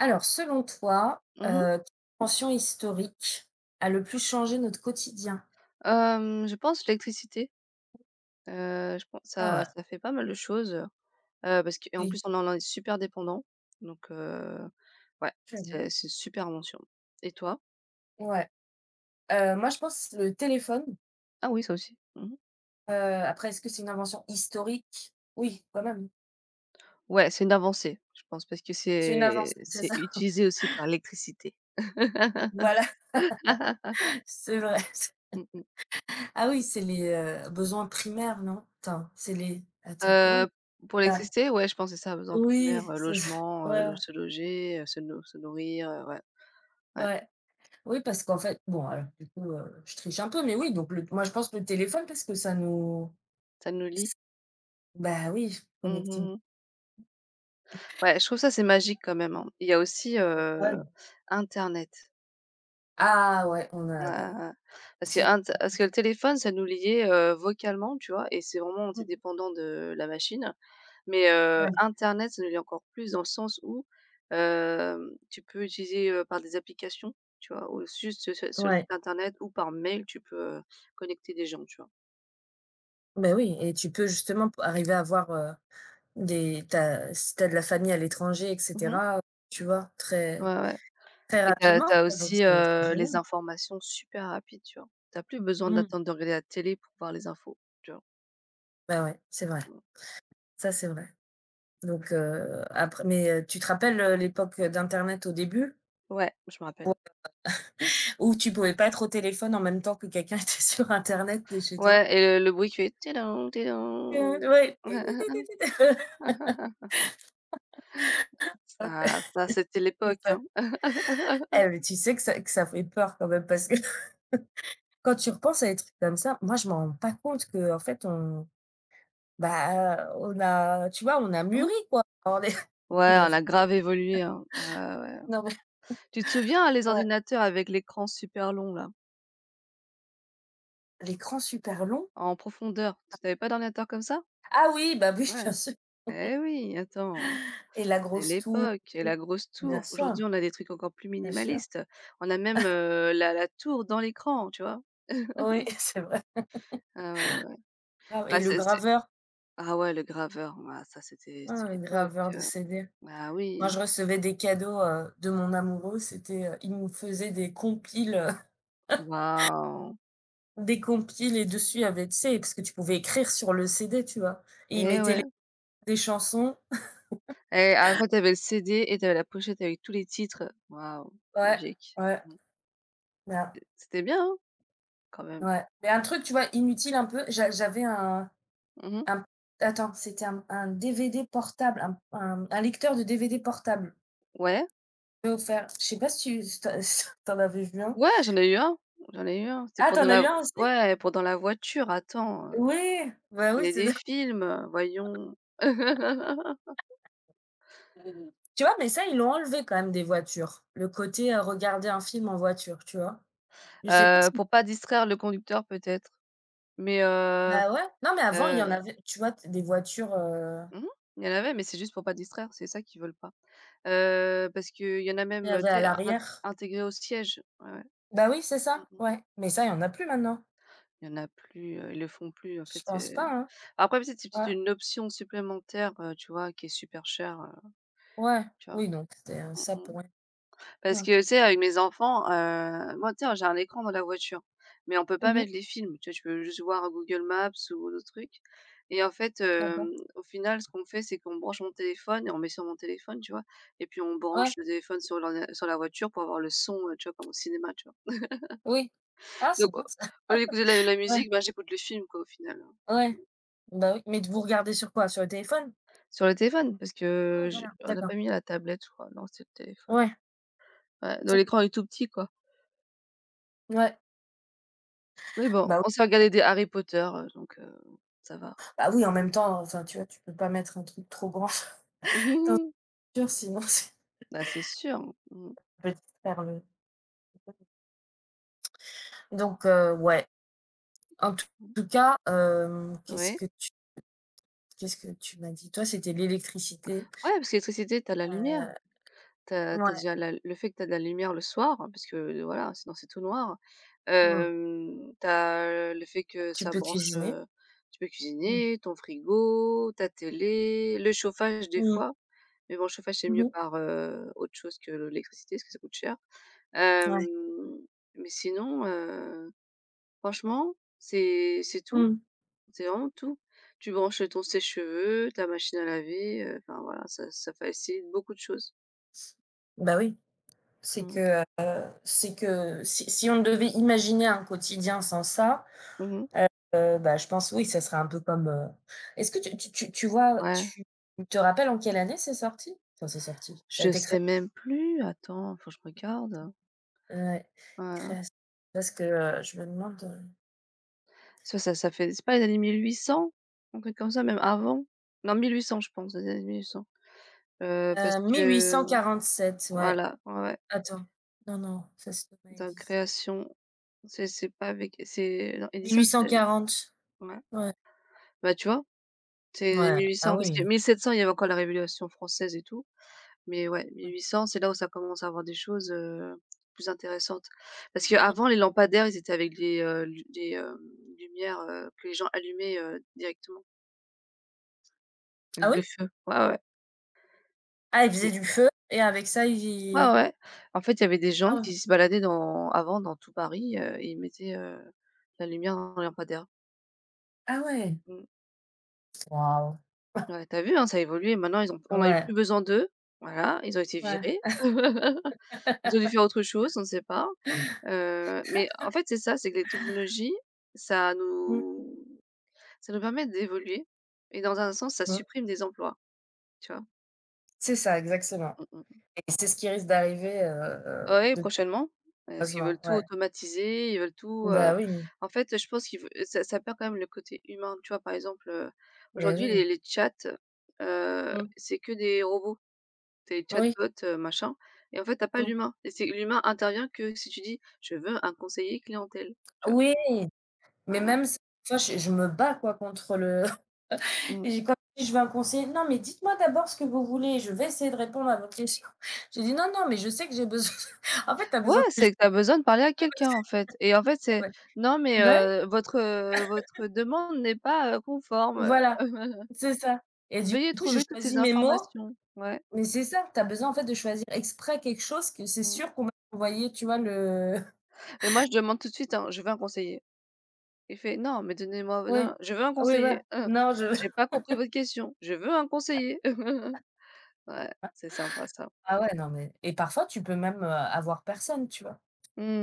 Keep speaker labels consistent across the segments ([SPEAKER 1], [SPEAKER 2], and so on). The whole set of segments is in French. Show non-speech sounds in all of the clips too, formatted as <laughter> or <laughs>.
[SPEAKER 1] Alors, selon toi,
[SPEAKER 2] Mmh mh.
[SPEAKER 1] quelle invention historique a le plus changé notre quotidien?
[SPEAKER 2] Je pense l'électricité, je pense
[SPEAKER 1] Ah
[SPEAKER 2] ça
[SPEAKER 1] ouais,
[SPEAKER 2] ça fait pas mal de choses, parce qu'en
[SPEAKER 1] oui,
[SPEAKER 2] plus on en est super dépendant donc ouais,
[SPEAKER 1] clairement.
[SPEAKER 2] c'est super invention. Et toi?
[SPEAKER 1] Ouais, moi je pense le téléphone.
[SPEAKER 2] Ah oui, ça aussi. Mmh mh.
[SPEAKER 1] Après, est-ce que c'est une invention historique? Oui, quand même.
[SPEAKER 2] Ouais, c'est une avancée, je pense parce que
[SPEAKER 1] C'est une
[SPEAKER 2] c'est
[SPEAKER 1] avancée, c'est
[SPEAKER 2] c'est
[SPEAKER 1] ça. <laughs>
[SPEAKER 2] utilisé aussi par l'électricité. <laughs>
[SPEAKER 1] Voilà, <laughs> c'est vrai. <laughs>
[SPEAKER 2] Mmh mh.
[SPEAKER 1] Ah oui, c'est les, besoins primaires, non? Attends, c'est les attends, comment on dit
[SPEAKER 2] Heu, pour
[SPEAKER 1] ça?
[SPEAKER 2] l'électricité, ouais, je pense c'est ça, besoins primaires,
[SPEAKER 1] Oui, c'est ça.
[SPEAKER 2] logement,
[SPEAKER 1] Ouais,
[SPEAKER 2] lo se loger, se nourrir, ouais, ouais,
[SPEAKER 1] ouais. Oui, parce qu'en fait, bon, alors du coup, je triche un peu, mais oui, donc le moi je pense le téléphone parce que ça nous...
[SPEAKER 2] ça nous lie.
[SPEAKER 1] Bah oui,
[SPEAKER 2] Mmh
[SPEAKER 1] Connecting
[SPEAKER 2] mh. Ouais, je trouve ça c'est magique quand même, hein. Il y a aussi,
[SPEAKER 1] People.
[SPEAKER 2] internet.
[SPEAKER 1] Ah ouais, on a bah
[SPEAKER 2] Heu,
[SPEAKER 1] c'est-
[SPEAKER 2] Parce que le téléphone, ça nous liait, vocalement, tu vois? Et c'est vraiment on était dépendant de la machine. Mais,
[SPEAKER 1] ouais,
[SPEAKER 2] internet, ça nous lie encore plus dans le sens où, tu peux utiliser, par des applications, tu vois? Ou juste sur le site
[SPEAKER 1] ouais,
[SPEAKER 2] internet ou par mail, tu peux, connecter des gens, tu vois?
[SPEAKER 1] bah oui, et tu peux justement p arriver à avoir, des t'as si t'as de la famille à l'étranger et
[SPEAKER 2] Mmh.
[SPEAKER 1] cetera, tu vois?
[SPEAKER 2] Ouais,
[SPEAKER 1] Très
[SPEAKER 2] ouais.
[SPEAKER 1] très
[SPEAKER 2] Et t'as
[SPEAKER 1] rapidement
[SPEAKER 2] as
[SPEAKER 1] quoi, donc
[SPEAKER 2] aussi,
[SPEAKER 1] c'est génial.
[SPEAKER 2] les informations super rapides, tu vois? T'as plus besoin
[SPEAKER 1] Mmh.
[SPEAKER 2] d'attendre de regarder la télé pour voir les infos, tu vois?
[SPEAKER 1] Bah ouais, c'est vrai, ça c'est vrai. Donc après, mais tu te rappelles, l'époque d'internet au début?
[SPEAKER 2] Ouais, je me rappelle.
[SPEAKER 1] Où tu pouvais pas être au téléphone en même temps que quelqu'un <laughs> était sur internet de chez toi?
[SPEAKER 2] Ouais et le bruit qui fait «Tidon, tidon».
[SPEAKER 1] Ouais. <laughs>
[SPEAKER 2] <laughs> Ça c'était
[SPEAKER 1] C'est
[SPEAKER 2] l'époque,
[SPEAKER 1] ça.
[SPEAKER 2] hein.
[SPEAKER 1] Eh, mais tu sais que ça fait peur quand même parce que <laughs> quand tu repenses à des trucs comme ça, moi je m'en rends pas compte que en fait on... Bah, on a, tu vois, on a
[SPEAKER 2] Mmh.
[SPEAKER 1] mûri quoi. On est
[SPEAKER 2] Ouais,
[SPEAKER 1] <laughs> On a
[SPEAKER 2] on
[SPEAKER 1] vu,
[SPEAKER 2] a grave évolué, hein. Ouais, ouais, ouais.
[SPEAKER 1] non mais
[SPEAKER 2] Tu te souviens hein, les
[SPEAKER 1] ouais,
[SPEAKER 2] ordinateurs avec l'écran super long là,
[SPEAKER 1] l'écran super long.
[SPEAKER 2] en profondeur? Tu avais pas d'ordinateur comme ça?
[SPEAKER 1] Ah oui, bah oui, <laughs>
[SPEAKER 2] Ouais.
[SPEAKER 1] bien sûr,
[SPEAKER 2] Eh oui, attends,
[SPEAKER 1] et la
[SPEAKER 2] c'est
[SPEAKER 1] grosse tour
[SPEAKER 2] l'époque
[SPEAKER 1] et
[SPEAKER 2] et
[SPEAKER 1] tout.
[SPEAKER 2] la grosse
[SPEAKER 1] Bien
[SPEAKER 2] tour.
[SPEAKER 1] sûr,
[SPEAKER 2] Aujourd'hui, on a des trucs encore plus
[SPEAKER 1] bien sûr.
[SPEAKER 2] minimalistes. On a même, la tour dans l'écran, tu vois? <laughs>
[SPEAKER 1] Oui, <laughs> c'est vrai.
[SPEAKER 2] Ah ouais, ouais.
[SPEAKER 1] Ah, et
[SPEAKER 2] Ah
[SPEAKER 1] le
[SPEAKER 2] c'est
[SPEAKER 1] graveur,
[SPEAKER 2] ah Ouais, le graveur, ah ça c'était
[SPEAKER 1] hein,
[SPEAKER 2] c'était
[SPEAKER 1] le graveur de
[SPEAKER 2] l'époque.
[SPEAKER 1] CD.
[SPEAKER 2] Bah
[SPEAKER 1] Moi
[SPEAKER 2] oui,
[SPEAKER 1] je recevais des cadeaux, de mon amoureux, c'était, il me faisait des compiles.
[SPEAKER 2] waouh
[SPEAKER 1] Des compiles, et dessus, avec, tu sais, parce que tu pouvais écrire sur le CD, tu vois? Et ils
[SPEAKER 2] et
[SPEAKER 1] mettaient
[SPEAKER 2] ouais
[SPEAKER 1] les des chansons.
[SPEAKER 2] et après t'avais avais le CD et t'avais la pochette avec tous les titres. Waouh,
[SPEAKER 1] Ouais,
[SPEAKER 2] magique.
[SPEAKER 1] ouais,
[SPEAKER 2] Mmh.
[SPEAKER 1] là,
[SPEAKER 2] C'était bien, hein, quand même.
[SPEAKER 1] ouais. Mais un truc, tu vois, inutile un peu, j'avais un,
[SPEAKER 2] Mmh.
[SPEAKER 1] un attends, c'était un DVD portable, un lecteur de DVD portable,
[SPEAKER 2] Ouais,
[SPEAKER 1] offert. Je sais pas si tu, si tu as si tu en avais vu un?
[SPEAKER 2] ouais, j'en ai eu un, j'en ai eu un. C'était
[SPEAKER 1] Ah,
[SPEAKER 2] pour
[SPEAKER 1] tu
[SPEAKER 2] dans
[SPEAKER 1] en as eu
[SPEAKER 2] la
[SPEAKER 1] un aussi?
[SPEAKER 2] ouais, pour dans la voiture, attends,
[SPEAKER 1] Oui, bah
[SPEAKER 2] on
[SPEAKER 1] oui,
[SPEAKER 2] est
[SPEAKER 1] c'est
[SPEAKER 2] des
[SPEAKER 1] ça.
[SPEAKER 2] films, voyons. <laughs>
[SPEAKER 1] Tu vois? Mais ça, ils l'ont enlevé quand même des voitures, le côté, regarder un film en voiture, tu vois? Je sais...
[SPEAKER 2] Pour pas distraire le conducteur peut-être, mais
[SPEAKER 1] Bah, ouais. Non, mais avant, il y en
[SPEAKER 2] heu
[SPEAKER 1] avait, tu vois? T Des voitures,
[SPEAKER 2] mmh il y en avait, mais c'est juste pour pas distraire, c'est ça qu'ils veulent pas. Parce qu'il y en a
[SPEAKER 1] il y
[SPEAKER 2] même,
[SPEAKER 1] avait
[SPEAKER 2] tu
[SPEAKER 1] à
[SPEAKER 2] sais, in
[SPEAKER 1] l'arrière.
[SPEAKER 2] intégrés au siège. Ouais, ouais.
[SPEAKER 1] Bah oui, c'est
[SPEAKER 2] Mmh
[SPEAKER 1] ça,
[SPEAKER 2] mh.
[SPEAKER 1] ouais. Mais ça, il y en a plus maintenant.
[SPEAKER 2] Il y en a plus, ils le font plus en
[SPEAKER 1] Je
[SPEAKER 2] fait,
[SPEAKER 1] pense pas, hein.
[SPEAKER 2] après peut-être c'est
[SPEAKER 1] Ouais,
[SPEAKER 2] peut-être une option supplémentaire, tu vois? Qui est super chère,
[SPEAKER 1] ouais.
[SPEAKER 2] tu vois?
[SPEAKER 1] Oui, donc c'était,
[SPEAKER 2] Mmh
[SPEAKER 1] ça
[SPEAKER 2] mh.
[SPEAKER 1] pour rien. Ouais.
[SPEAKER 2] Parce que tu sais avec mes enfants, moi tu sais j'ai un écran dans la voiture, mais on peut pas
[SPEAKER 1] Mmh.
[SPEAKER 2] mettre les films, tu vois? Tu peux juste voir Google Maps ou d'autres trucs et en fait,
[SPEAKER 1] D'accord.
[SPEAKER 2] au final ce qu'on fait c'est qu'on branche mon téléphone et on met sur mon téléphone, tu vois? Et puis on branche
[SPEAKER 1] Ouais,
[SPEAKER 2] le téléphone sur l'ordina sur la voiture pour avoir le son, tu vois? Comme au cinéma, tu vois?
[SPEAKER 1] oui. Ah, c'est
[SPEAKER 2] Donc au
[SPEAKER 1] bien ça.
[SPEAKER 2] au lieu d'écouter la
[SPEAKER 1] Ouais,
[SPEAKER 2] musique, bah, j'écoute le film quoi au final.
[SPEAKER 1] ouais. Bah oui. Mais d vous regardez sur quoi? Sur le téléphone?
[SPEAKER 2] Sur le téléphone, parce que
[SPEAKER 1] Ouais,
[SPEAKER 2] je
[SPEAKER 1] voilà,
[SPEAKER 2] on n'a
[SPEAKER 1] d'accord.
[SPEAKER 2] pas mis la tablette, je crois. Non, c'est le téléphone.
[SPEAKER 1] Ouais,
[SPEAKER 2] Ouais, donc
[SPEAKER 1] OK.
[SPEAKER 2] l'écran est tout petit, quoi.
[SPEAKER 1] Ouais.
[SPEAKER 2] Mais bon,
[SPEAKER 1] Bah
[SPEAKER 2] on
[SPEAKER 1] oui.
[SPEAKER 2] s'est regardé des Harry Potter, donc ça va. <laughs>
[SPEAKER 1] Bah oui, en même temps, enfin, tu vois? Tu peux pas mettre un truc trop grand <laughs> dans
[SPEAKER 2] Mhm.
[SPEAKER 1] une voiture, sinon <laughs> c'est
[SPEAKER 2] Bah, c'est sûr. Mmh mh.
[SPEAKER 1] peut distraire le donc ouais. En tout cas,
[SPEAKER 2] Oui.
[SPEAKER 1] qu'est-ce que tu m'as dit? Toi, c'était l'électricité,
[SPEAKER 2] Ouais, parce que l'électricité, t'as la lumière.
[SPEAKER 1] heu,
[SPEAKER 2] T'as as
[SPEAKER 1] ouais,
[SPEAKER 2] déjà la le fait que t'as de la lumière le soir, hein, parce que voilà, sinon c'est tout noir.
[SPEAKER 1] mmh.
[SPEAKER 2] Hem, tu Le fait que
[SPEAKER 1] Tu
[SPEAKER 2] ça
[SPEAKER 1] peux
[SPEAKER 2] branche,
[SPEAKER 1] cuisiner.
[SPEAKER 2] tu peux
[SPEAKER 1] Mmh.
[SPEAKER 2] cuisiner, ton frigo, ta télé, le chauffage des
[SPEAKER 1] Mmh.
[SPEAKER 2] fois. Mais bon, le chauffage c'est
[SPEAKER 1] Mmh
[SPEAKER 2] mieux
[SPEAKER 1] mh.
[SPEAKER 2] par, autre chose que l'électricité parce que ça coûte cher.
[SPEAKER 1] Ouais.
[SPEAKER 2] Hem, mais sinon, franchement, c'est tout,
[SPEAKER 1] Mmh.
[SPEAKER 2] c'est vraiment tout. Tu branches ton sèche-cheveux, ta machine à laver, enfin voilà, ça facilite beaucoup de choses.
[SPEAKER 1] Bah oui, c'est
[SPEAKER 2] Mmh.
[SPEAKER 1] que, heu, c'est que si on devait imaginer un quotidien sans ça,
[SPEAKER 2] Mmh.
[SPEAKER 1] bah, je pense, oui, ça serait un peu comme, est-ce que tu vois,
[SPEAKER 2] Ouais.
[SPEAKER 1] tu te rappelles en quelle année c'est sorti? Enfin, c'est sorti, ça a
[SPEAKER 2] Je
[SPEAKER 1] été créé?
[SPEAKER 2] sais même plus, attends, faut que je regarde.
[SPEAKER 1] Ouais,
[SPEAKER 2] Heu,
[SPEAKER 1] création, parce que, je me demande,
[SPEAKER 2] ça fait c'est pas les années 1800? Un truc comme ça, même avant? Non 1800, je pense, les années 1800. Parce que
[SPEAKER 1] 1847, ouais.
[SPEAKER 2] voilà, ouais, ouais,
[SPEAKER 1] Attends, non, non, ça c'est pas
[SPEAKER 2] dans
[SPEAKER 1] dit ça.
[SPEAKER 2] création, c'est pas avec c'est non
[SPEAKER 1] Mille
[SPEAKER 2] Edison
[SPEAKER 1] huit cent
[SPEAKER 2] c'est
[SPEAKER 1] quarante,
[SPEAKER 2] ouais.
[SPEAKER 1] ouais,
[SPEAKER 2] Bah, tu vois? C'est
[SPEAKER 1] ouais,
[SPEAKER 2] mille huit
[SPEAKER 1] ah
[SPEAKER 2] cents parce que
[SPEAKER 1] oui,
[SPEAKER 2] 1700, il y avait encore la Révolution française et tout. Mais ouais,
[SPEAKER 1] ouais.
[SPEAKER 2] 1800, c'est là où ça commence à avoir des choses, plus intéressantes. Parce
[SPEAKER 1] Mmh.
[SPEAKER 2] qu'avant, les lampadaires, ils étaient avec des, lu des, lumières, que les gens allumaient, directement.
[SPEAKER 1] Ah oui?
[SPEAKER 2] Le feu. Ouais, ouais.
[SPEAKER 1] Ah, ils
[SPEAKER 2] Ouais.
[SPEAKER 1] faisaient du feu, et avec ça
[SPEAKER 2] Ouais,
[SPEAKER 1] ils,
[SPEAKER 2] ouais. En fait, il y avait des gens
[SPEAKER 1] ah ouais,
[SPEAKER 2] qui se baladaient dans avant dans tout Paris, et ils mettaient, la lumière dans les lampadaires.
[SPEAKER 1] ah ouais,
[SPEAKER 2] Mmh.
[SPEAKER 1] waouh,
[SPEAKER 2] Ouais, tu vu, hein, ça a évolué. Maintenant, ils ont on n'a eu
[SPEAKER 1] ouais,
[SPEAKER 2] plus besoin d'eux. Voilà, ils ont été
[SPEAKER 1] ouais,
[SPEAKER 2] virés. <laughs> Ils ont dû faire autre chose, on ne sait pas. Mais en fait, c'est ça, c'est que les technologies, ça
[SPEAKER 1] mmh,
[SPEAKER 2] nous ça nous permet d'évoluer et dans un sens, ça
[SPEAKER 1] mmh.
[SPEAKER 2] supprime des emplois, tu vois?
[SPEAKER 1] C'est ça, exactement,
[SPEAKER 2] Mmh mh.
[SPEAKER 1] et c'est ce qui risque d'arriver,
[SPEAKER 2] Ah oui,
[SPEAKER 1] de
[SPEAKER 2] prochainement, parce qu'ils veulent
[SPEAKER 1] heureusement,
[SPEAKER 2] tout
[SPEAKER 1] ouais.
[SPEAKER 2] automatiser, ils veulent tout,
[SPEAKER 1] Bah oui,
[SPEAKER 2] en fait, je pense qu'ils veu ça perd quand même le côté humain. Tu vois, par exemple,
[SPEAKER 1] beh
[SPEAKER 2] aujourd'hui les
[SPEAKER 1] oui,
[SPEAKER 2] les chats,
[SPEAKER 1] mmh,
[SPEAKER 2] c'est que des robots. Des
[SPEAKER 1] oui,
[SPEAKER 2] chatbots, machin et en fait, t'as pas
[SPEAKER 1] mmh,
[SPEAKER 2] l'humain et c'est l'humain intervient que si tu dis: «Je veux un conseiller clientèle», tu vois?
[SPEAKER 1] oui, mais
[SPEAKER 2] Voilà.
[SPEAKER 1] même s enfin, je me bats quoi contre le...
[SPEAKER 2] Mmh.
[SPEAKER 1] Et j'ai quand même dit, je veux un conseiller, non, mais dites-moi d'abord ce que vous voulez, je vais essayer de répondre à votre question. <laughs> J'ai dit: «Non, non, mais je sais que j'ai besoin» <laughs> en fait, tu as
[SPEAKER 2] Ouais,
[SPEAKER 1] besoin de...
[SPEAKER 2] c'est que tu as besoin de parler à quelqu'un, en fait et en fait,
[SPEAKER 1] Ah
[SPEAKER 2] c'est:
[SPEAKER 1] ouais.
[SPEAKER 2] «Non mais
[SPEAKER 1] Ben,
[SPEAKER 2] votre, votre demande n'est pas, conforme,
[SPEAKER 1] voilà,
[SPEAKER 2] <laughs>
[SPEAKER 1] c'est ça. Et du
[SPEAKER 2] veuillez
[SPEAKER 1] coup, je
[SPEAKER 2] trouver toutes ces
[SPEAKER 1] choisis mes mots,
[SPEAKER 2] informations». Ouais,
[SPEAKER 1] mais c'est ça, tu as besoin, en fait, de choisir exprès quelque chose que c'est
[SPEAKER 2] mmh
[SPEAKER 1] sûr qu'on va t'envoyer, tu vois, le...
[SPEAKER 2] et moi, je demande tout de suite, hein: «Je veux un conseiller». Il fait: «Non, mais
[SPEAKER 1] <laughs>
[SPEAKER 2] donnez-moi
[SPEAKER 1] oui,
[SPEAKER 2] non, je veux un
[SPEAKER 1] oui,
[SPEAKER 2] conseiller,
[SPEAKER 1] voilà.
[SPEAKER 2] hein,
[SPEAKER 1] Non, je...
[SPEAKER 2] j'ai pas
[SPEAKER 1] <laughs>
[SPEAKER 2] compris votre question, je veux un conseiller». <laughs> Ouais, c'est sympa ça.
[SPEAKER 1] Ah ouais, non, mais et parfois, tu peux même, avoir personne, tu vois?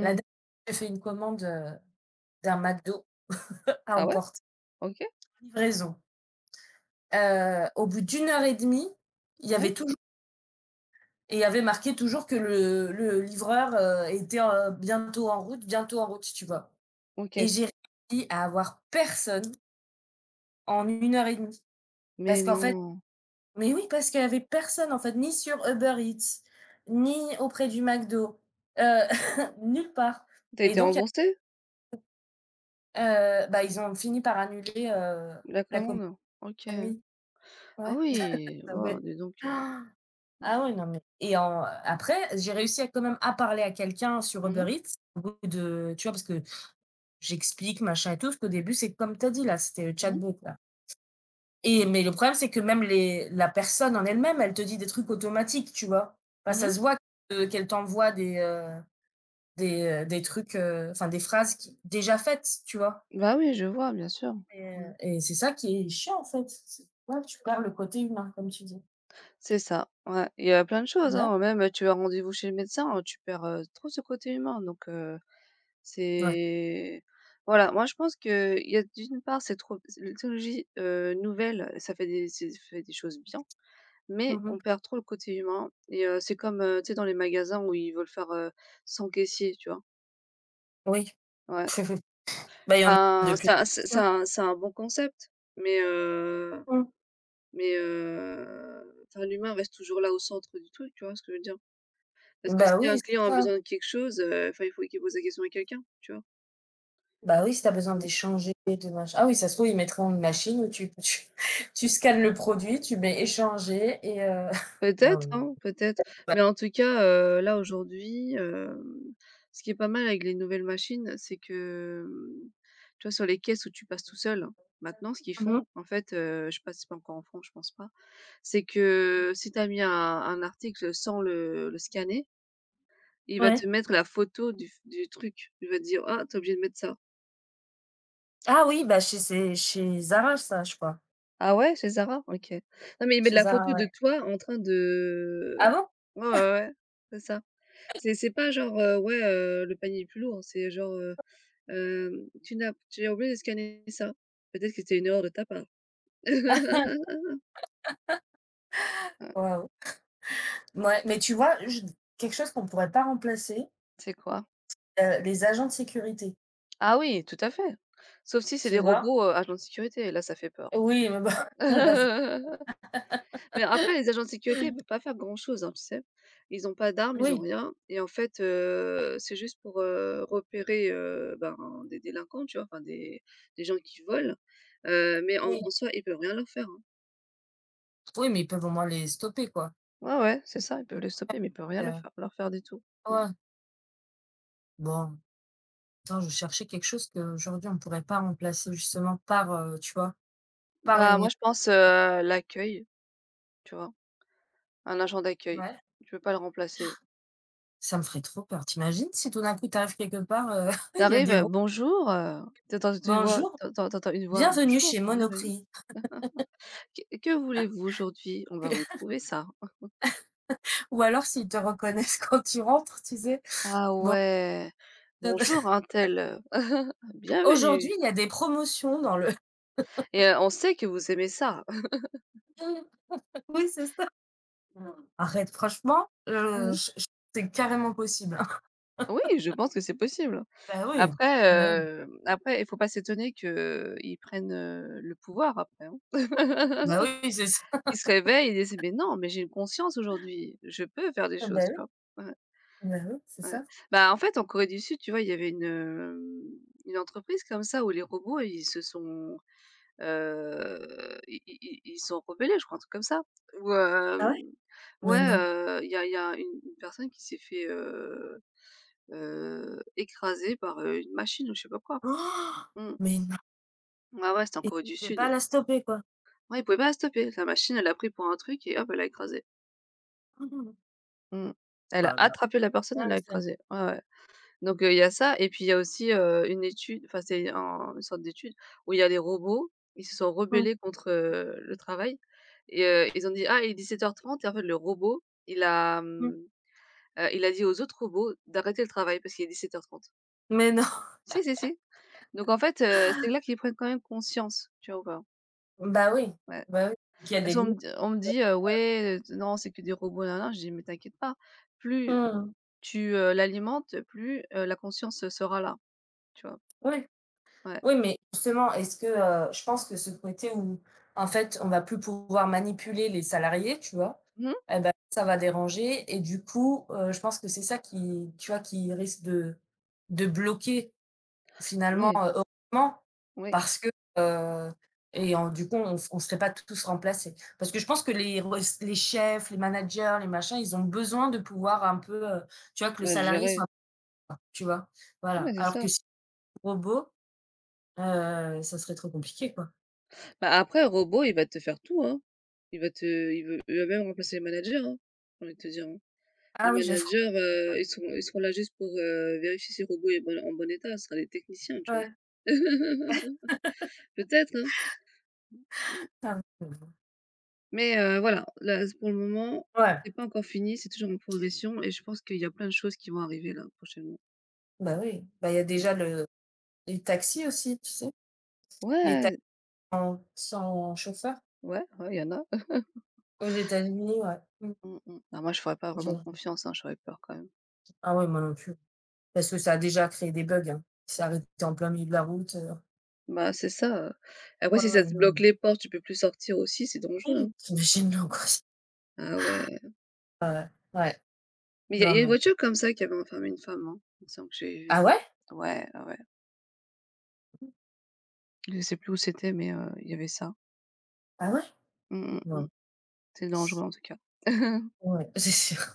[SPEAKER 1] La dernière fois, j'ai fait une commande, d'un McDo à
[SPEAKER 2] Ah ouais?
[SPEAKER 1] emporter,
[SPEAKER 2] OK,
[SPEAKER 1] livraison. Au bout d'une heure et demie, il y
[SPEAKER 2] ouais,
[SPEAKER 1] avait toujours, et il y avait marqué toujours que le livreur, était, bientôt en route, si tu vois? Et
[SPEAKER 2] OK.
[SPEAKER 1] j'ai réussi à avoir personne en une heure et demie,
[SPEAKER 2] Mais
[SPEAKER 1] parce qu'en fait,
[SPEAKER 2] non,
[SPEAKER 1] mais oui, parce qu'il y avait personne, en fait, ni sur Uber Eats, ni auprès du McDo, heu, <laughs> nulle part,
[SPEAKER 2] t'as
[SPEAKER 1] et
[SPEAKER 2] été
[SPEAKER 1] donc il
[SPEAKER 2] remboursé?
[SPEAKER 1] bah, ils ont fini par annuler,
[SPEAKER 2] La
[SPEAKER 1] la commande
[SPEAKER 2] commande? OK.
[SPEAKER 1] à minuit.
[SPEAKER 2] Ah
[SPEAKER 1] Ouais,
[SPEAKER 2] oui,
[SPEAKER 1] bah,
[SPEAKER 2] waouh,
[SPEAKER 1] ouais.
[SPEAKER 2] dis donc,
[SPEAKER 1] <gasps> Ah
[SPEAKER 2] mmh.
[SPEAKER 1] oui, non, mais et en après, j'ai réussi à quand même à parler à quelqu'un sur
[SPEAKER 2] Mmh.
[SPEAKER 1] Uber Eats, au bout de, tu vois? Parce que j'explique, machin et tout, parce qu'au début, c'est comme tu as dit, là, c'était le
[SPEAKER 2] Mmh mh.
[SPEAKER 1] chatbot, là. Et mais le problème, c'est que même les la personne en elle-même, elle te dit des trucs automatiques, tu vois? Bah,
[SPEAKER 2] Mmh.
[SPEAKER 1] ça se voit que qu'elle t'envoie des, des trucs, enfin, des phrases qui déjà faites, tu vois?
[SPEAKER 2] Bah oui, je vois, bien sûr. Mmh.
[SPEAKER 1] Et c'est ça qui est chiant, en fait. C'est ouais, tu perds le côté humain, comme tu dis.
[SPEAKER 2] C'est ça, ouais. Il y a plein de choses,
[SPEAKER 1] Ouais.
[SPEAKER 2] hein, même, tu as rendez-vous chez le médecin, tu perds, trop ce côté humain donc
[SPEAKER 1] Ouais.
[SPEAKER 2] c'est voilà, moi je pense que il y a d'une part c'est les technologies, nouvelles, ça fait des c'est ça fait des choses bien, mais
[SPEAKER 1] Mmh mh.
[SPEAKER 2] on perd trop le côté humain et c'est comme, tu sais dans les magasins où ils veulent faire, sans caissier, tu vois?
[SPEAKER 1] Oui.
[SPEAKER 2] Ouais.
[SPEAKER 1] <laughs> Bah, il y en a de
[SPEAKER 2] Ben,
[SPEAKER 1] plus.
[SPEAKER 2] c'est un bon concept, mais
[SPEAKER 1] Mmh.
[SPEAKER 2] Mais enfin l'humain reste toujours là au centre du truc, tu vois ce que je veux dire? Parce que
[SPEAKER 1] Bah
[SPEAKER 2] si un
[SPEAKER 1] oui,
[SPEAKER 2] client
[SPEAKER 1] c'est
[SPEAKER 2] a
[SPEAKER 1] ça.
[SPEAKER 2] besoin de quelque chose, enfin il faut qu'il pose la question à quelqu'un, tu vois?
[SPEAKER 1] Bah oui, si tu as besoin
[SPEAKER 2] Mmh.
[SPEAKER 1] d'échanger, de machin, ah oui, ça se trouve, ils mettront une machine où tu <laughs> tu scannes le produit, tu mets échanger et <laughs> bah
[SPEAKER 2] Peut-être,
[SPEAKER 1] oui.
[SPEAKER 2] hein, peut-être,
[SPEAKER 1] Ouais.
[SPEAKER 2] mais en tout cas, là aujourd'hui, ce qui est pas mal avec les nouvelles machines, c'est que, tu vois sur les caisses où tu passes tout seul, maintenant ce qu'ils
[SPEAKER 1] Mmh.
[SPEAKER 2] font en fait, je sais pas si c'est pas encore en France, je pense pas, c'est que si tu as mis un article sans le scanner. Il va te
[SPEAKER 1] Ouais.
[SPEAKER 2] mettre la photo du truc. Il va te dire: «Ah, tu es obligé de mettre ça».
[SPEAKER 1] Ah oui, bah chez c'est chez Zara ça, je crois.
[SPEAKER 2] «Ah ouais, chez Zara? OK». Non, mais il met de
[SPEAKER 1] Chez
[SPEAKER 2] la
[SPEAKER 1] Zara,
[SPEAKER 2] photo de
[SPEAKER 1] ouais.
[SPEAKER 2] toi en train
[SPEAKER 1] Ah
[SPEAKER 2] de
[SPEAKER 1] bon?
[SPEAKER 2] ouais, ouais, ouais, c'est ça. C'est pas genre, ouais, le panier est plus lourd, c'est genre, hem: «Tu n'as tu as oublié de scanner ça». Peut-être que c'était une erreur de ta part. Mmh,
[SPEAKER 1] Waouh. Ouais mais tu vois, je quelque chose qu'on pourrait pas remplacer,
[SPEAKER 2] c'est quoi?
[SPEAKER 1] les agents de sécurité,
[SPEAKER 2] Ah oui, tout à fait. Sauf si c'est des
[SPEAKER 1] tu vois?
[SPEAKER 2] robots, agents de sécurité, là ça fait peur.
[SPEAKER 1] Oui, mais bon, <laughs> là, c'est
[SPEAKER 2] <laughs> Mais après les agents de sécurité, ils peuvent pas faire grand-chose, hein, tu sais? Ils ont pas d'armes, ils ont
[SPEAKER 1] oui,
[SPEAKER 2] rien et en fait, c'est juste pour, repérer, ben, des délinquants, tu vois? Enfin des gens qui volent, mais en
[SPEAKER 1] oui,
[SPEAKER 2] soi, ils peuvent rien leur faire, hein.
[SPEAKER 1] oui, mais ils peuvent au moins les stopper quoi.
[SPEAKER 2] Ouais, ouais, c'est ça, ils peuvent les stopper, mais ils peuvent rien leur
[SPEAKER 1] Heu,
[SPEAKER 2] faire leur faire du tout. Mmh.
[SPEAKER 1] ouais, bon. Attends, je cherchais quelque chose qu'aujourd'hui on pourrait pas remplacer justement par, tu vois? Par
[SPEAKER 2] Bah,
[SPEAKER 1] une
[SPEAKER 2] moi,
[SPEAKER 1] i
[SPEAKER 2] je pense, l'accueil, tu vois? Un agent d'accueil,
[SPEAKER 1] Ouais,
[SPEAKER 2] tu peux pas le remplacer.
[SPEAKER 1] ça me ferait trop peur. Tu imagines si tout d'un coup tu arrives quelque part,
[SPEAKER 2] Tu
[SPEAKER 1] <laughs> il y a des
[SPEAKER 2] arrives,
[SPEAKER 1] ro
[SPEAKER 2] «Bonjour»,
[SPEAKER 1] «Bonjour,
[SPEAKER 2] tu entends une voix:
[SPEAKER 1] bienvenue
[SPEAKER 2] «Bonjour,
[SPEAKER 1] chez
[SPEAKER 2] bienvenue.
[SPEAKER 1] Monoprix».
[SPEAKER 2] Que voulez-vous aujourd'hui? On va vous
[SPEAKER 1] <laughs>
[SPEAKER 2] trouver ça».
[SPEAKER 1] Ou alors s'ils te reconnaissent <laughs> quand tu rentres, tu sais?
[SPEAKER 2] Ah
[SPEAKER 1] Bon...
[SPEAKER 2] ouais. Bonjour,
[SPEAKER 1] <laughs>
[SPEAKER 2] untel. <laughs>
[SPEAKER 1] <unintelligible> aujourd'hui,
[SPEAKER 2] Bienvenue.
[SPEAKER 1] il y a des promotions dans le...
[SPEAKER 2] Et on sait que vous aimez ça. <laughs>
[SPEAKER 1] <laughs> oui, c'est ça. Arrête, franchement,
[SPEAKER 2] Mmh.
[SPEAKER 1] je c'est carrément possible, hein.
[SPEAKER 2] Oui, je pense que c'est possible.
[SPEAKER 1] Bah oui,
[SPEAKER 2] Après,
[SPEAKER 1] bah oui,
[SPEAKER 2] après, il faut pas s'étonner qu'ils prennent, le pouvoir après, hein.
[SPEAKER 1] bah
[SPEAKER 2] <laughs>
[SPEAKER 1] oui, c'est ça.
[SPEAKER 2] Ils se réveillent, ils disent: «Mais non, mais j'ai une conscience aujourd'hui, je peux faire des
[SPEAKER 1] Bah
[SPEAKER 2] choses»,
[SPEAKER 1] oui,
[SPEAKER 2] tu vois? Ouais,
[SPEAKER 1] bah oui, c'est
[SPEAKER 2] ouais.
[SPEAKER 1] ça.
[SPEAKER 2] Bah, en fait, en Corée du Sud, tu vois, il y avait une, une entreprise comme ça où les robots, ils se sont i i i ils sont rebellés, je crois, un truc comme ça. Ou
[SPEAKER 1] Ah ouais?
[SPEAKER 2] ouais,
[SPEAKER 1] Mais non.
[SPEAKER 2] il y a une personne qui s'est fait, écraser par, une machine ou je sais pas quoi.
[SPEAKER 1] Oh,
[SPEAKER 2] Mmh.
[SPEAKER 1] mais non!
[SPEAKER 2] Ouais, ouais, c'était en
[SPEAKER 1] Et tu
[SPEAKER 2] Corée du
[SPEAKER 1] pouvais pas
[SPEAKER 2] Sud.
[SPEAKER 1] la stopper, quoi?
[SPEAKER 2] Ouais, ils pouvaient pas la stopper. La machine, elle l'a pris pour un truc et hop, elle a écrasé.
[SPEAKER 1] <unintelligible>
[SPEAKER 2] Mmh. Elle a
[SPEAKER 1] Ah, la
[SPEAKER 2] attrapé la personne, elle
[SPEAKER 1] dingue
[SPEAKER 2] l'a
[SPEAKER 1] ça.
[SPEAKER 2] écrasée. Ouais, ouais. Donc il y a ça et puis il y a aussi, une étude, enfin c'est un une sorte d'étude où il y a les robots, ils se sont
[SPEAKER 1] Mmh
[SPEAKER 2] rebellés contre, le travail et ils ont dit: «Ah, il est 17:30» et en fait le robot, il a,
[SPEAKER 1] mh.
[SPEAKER 2] il a dit aux autres robots d'arrêter le travail parce qu'il est 17:30.
[SPEAKER 1] Mais non.
[SPEAKER 2] Si, si, si. Donc en fait, c'est là qu'ils prennent quand même conscience, tu vois ou pas?
[SPEAKER 1] Bah oui,
[SPEAKER 2] Ouais.
[SPEAKER 1] bah oui, qu'il y a
[SPEAKER 2] Parce
[SPEAKER 1] des
[SPEAKER 2] qu'on me
[SPEAKER 1] limites.
[SPEAKER 2] d On me dit: ouais, non, c'est que des robots nin nin». Je dis: «Mais t'inquiète pas, plus
[SPEAKER 1] Mmh.
[SPEAKER 2] tu, l'alimentes, plus, la conscience, sera là», tu vois?
[SPEAKER 1] Oui,
[SPEAKER 2] Ouais.
[SPEAKER 1] oui, mais justement, est-ce que, je pense que ce côté où, en fait, on va plus pouvoir manipuler les salariés, tu vois?
[SPEAKER 2] Mmh.
[SPEAKER 1] Et bah, ça va déranger et du coup, je pense que c'est ça qui, tu vois, qui risque de bloquer. Finalement,
[SPEAKER 2] Ouais.
[SPEAKER 1] heureusement,
[SPEAKER 2] Oui,
[SPEAKER 1] parce que, heu et en du coup, on serait pas tous remplacés. Parce que je pense que les chefs, les managers, les machins, ils ont besoin de pouvoir un peu, tu vois, que le
[SPEAKER 2] bah,
[SPEAKER 1] salarié
[SPEAKER 2] gérer.
[SPEAKER 1] soit <unintelligible> tu vois?
[SPEAKER 2] Ouais,
[SPEAKER 1] Voilà.
[SPEAKER 2] c'est
[SPEAKER 1] Alors
[SPEAKER 2] ça.
[SPEAKER 1] que si le robot, ça serait trop compliqué, quoi.
[SPEAKER 2] Bah, après, un robot, il va te faire tout, hein. Il va te il veut Il va même remplacer les managers, hein, j'ai envie de te dire, hein. Les
[SPEAKER 1] Ah oui, j'avoue.
[SPEAKER 2] managers, ils sont là juste pour, vérifier si le robot est en bon état, ce sera des techniciens, tu vois?
[SPEAKER 1] Ouais.
[SPEAKER 2] <laughs> Peut-être, hein? Mmh,
[SPEAKER 1] Ah oui. <unintelligible>
[SPEAKER 2] mais voilà, là, pour le moment,
[SPEAKER 1] Ouais,
[SPEAKER 2] c'est pas encore fini, c'est toujours en progression et je pense qu'il y a plein de choses qui vont arriver là, prochainement.
[SPEAKER 1] bah oui. Bah, il y a
[SPEAKER 2] Mmh.
[SPEAKER 1] déjà le les taxis aussi, tu sais? Les taxis
[SPEAKER 2] Ouais,
[SPEAKER 1] sans chauffeur
[SPEAKER 2] ouais, ouais, il y en a.
[SPEAKER 1] aux États-Unis, ouais. Mmh.
[SPEAKER 2] Mmh mh. Ah moi, je ferais pas vraiment
[SPEAKER 1] J'avoue.
[SPEAKER 2] confiance, hein, j'aurais peur quand même.
[SPEAKER 1] Ah ouais, moi non plus. Parce que ça a déjà créé des bugs, hein. Il s'est arrêté en plein milieu de la route,
[SPEAKER 2] Bah, c'est ça, après
[SPEAKER 1] ouais,
[SPEAKER 2] si ça
[SPEAKER 1] ouais,
[SPEAKER 2] te
[SPEAKER 1] non,
[SPEAKER 2] bloque
[SPEAKER 1] mais
[SPEAKER 2] les portes, tu peux plus sortir aussi, c'est dangereux, hein.
[SPEAKER 1] tu imagines l'angoisse.
[SPEAKER 2] Ah ouais,
[SPEAKER 1] Ouais, ouais, ouais.
[SPEAKER 2] mais il
[SPEAKER 1] Non,
[SPEAKER 2] y a une
[SPEAKER 1] non.
[SPEAKER 2] voiture comme ça qui avait enfermé une femme, hein, il me semble que j'ai vu.
[SPEAKER 1] Ah ouais?
[SPEAKER 2] Ouais, ouais, ouais. Je sais plus où c'était mais il y avait ça.
[SPEAKER 1] Ah ouais?
[SPEAKER 2] Mmh mh, mmh.
[SPEAKER 1] Non.
[SPEAKER 2] C'est dangereux en tout cas. <laughs>
[SPEAKER 1] Ouais, c'est sûr.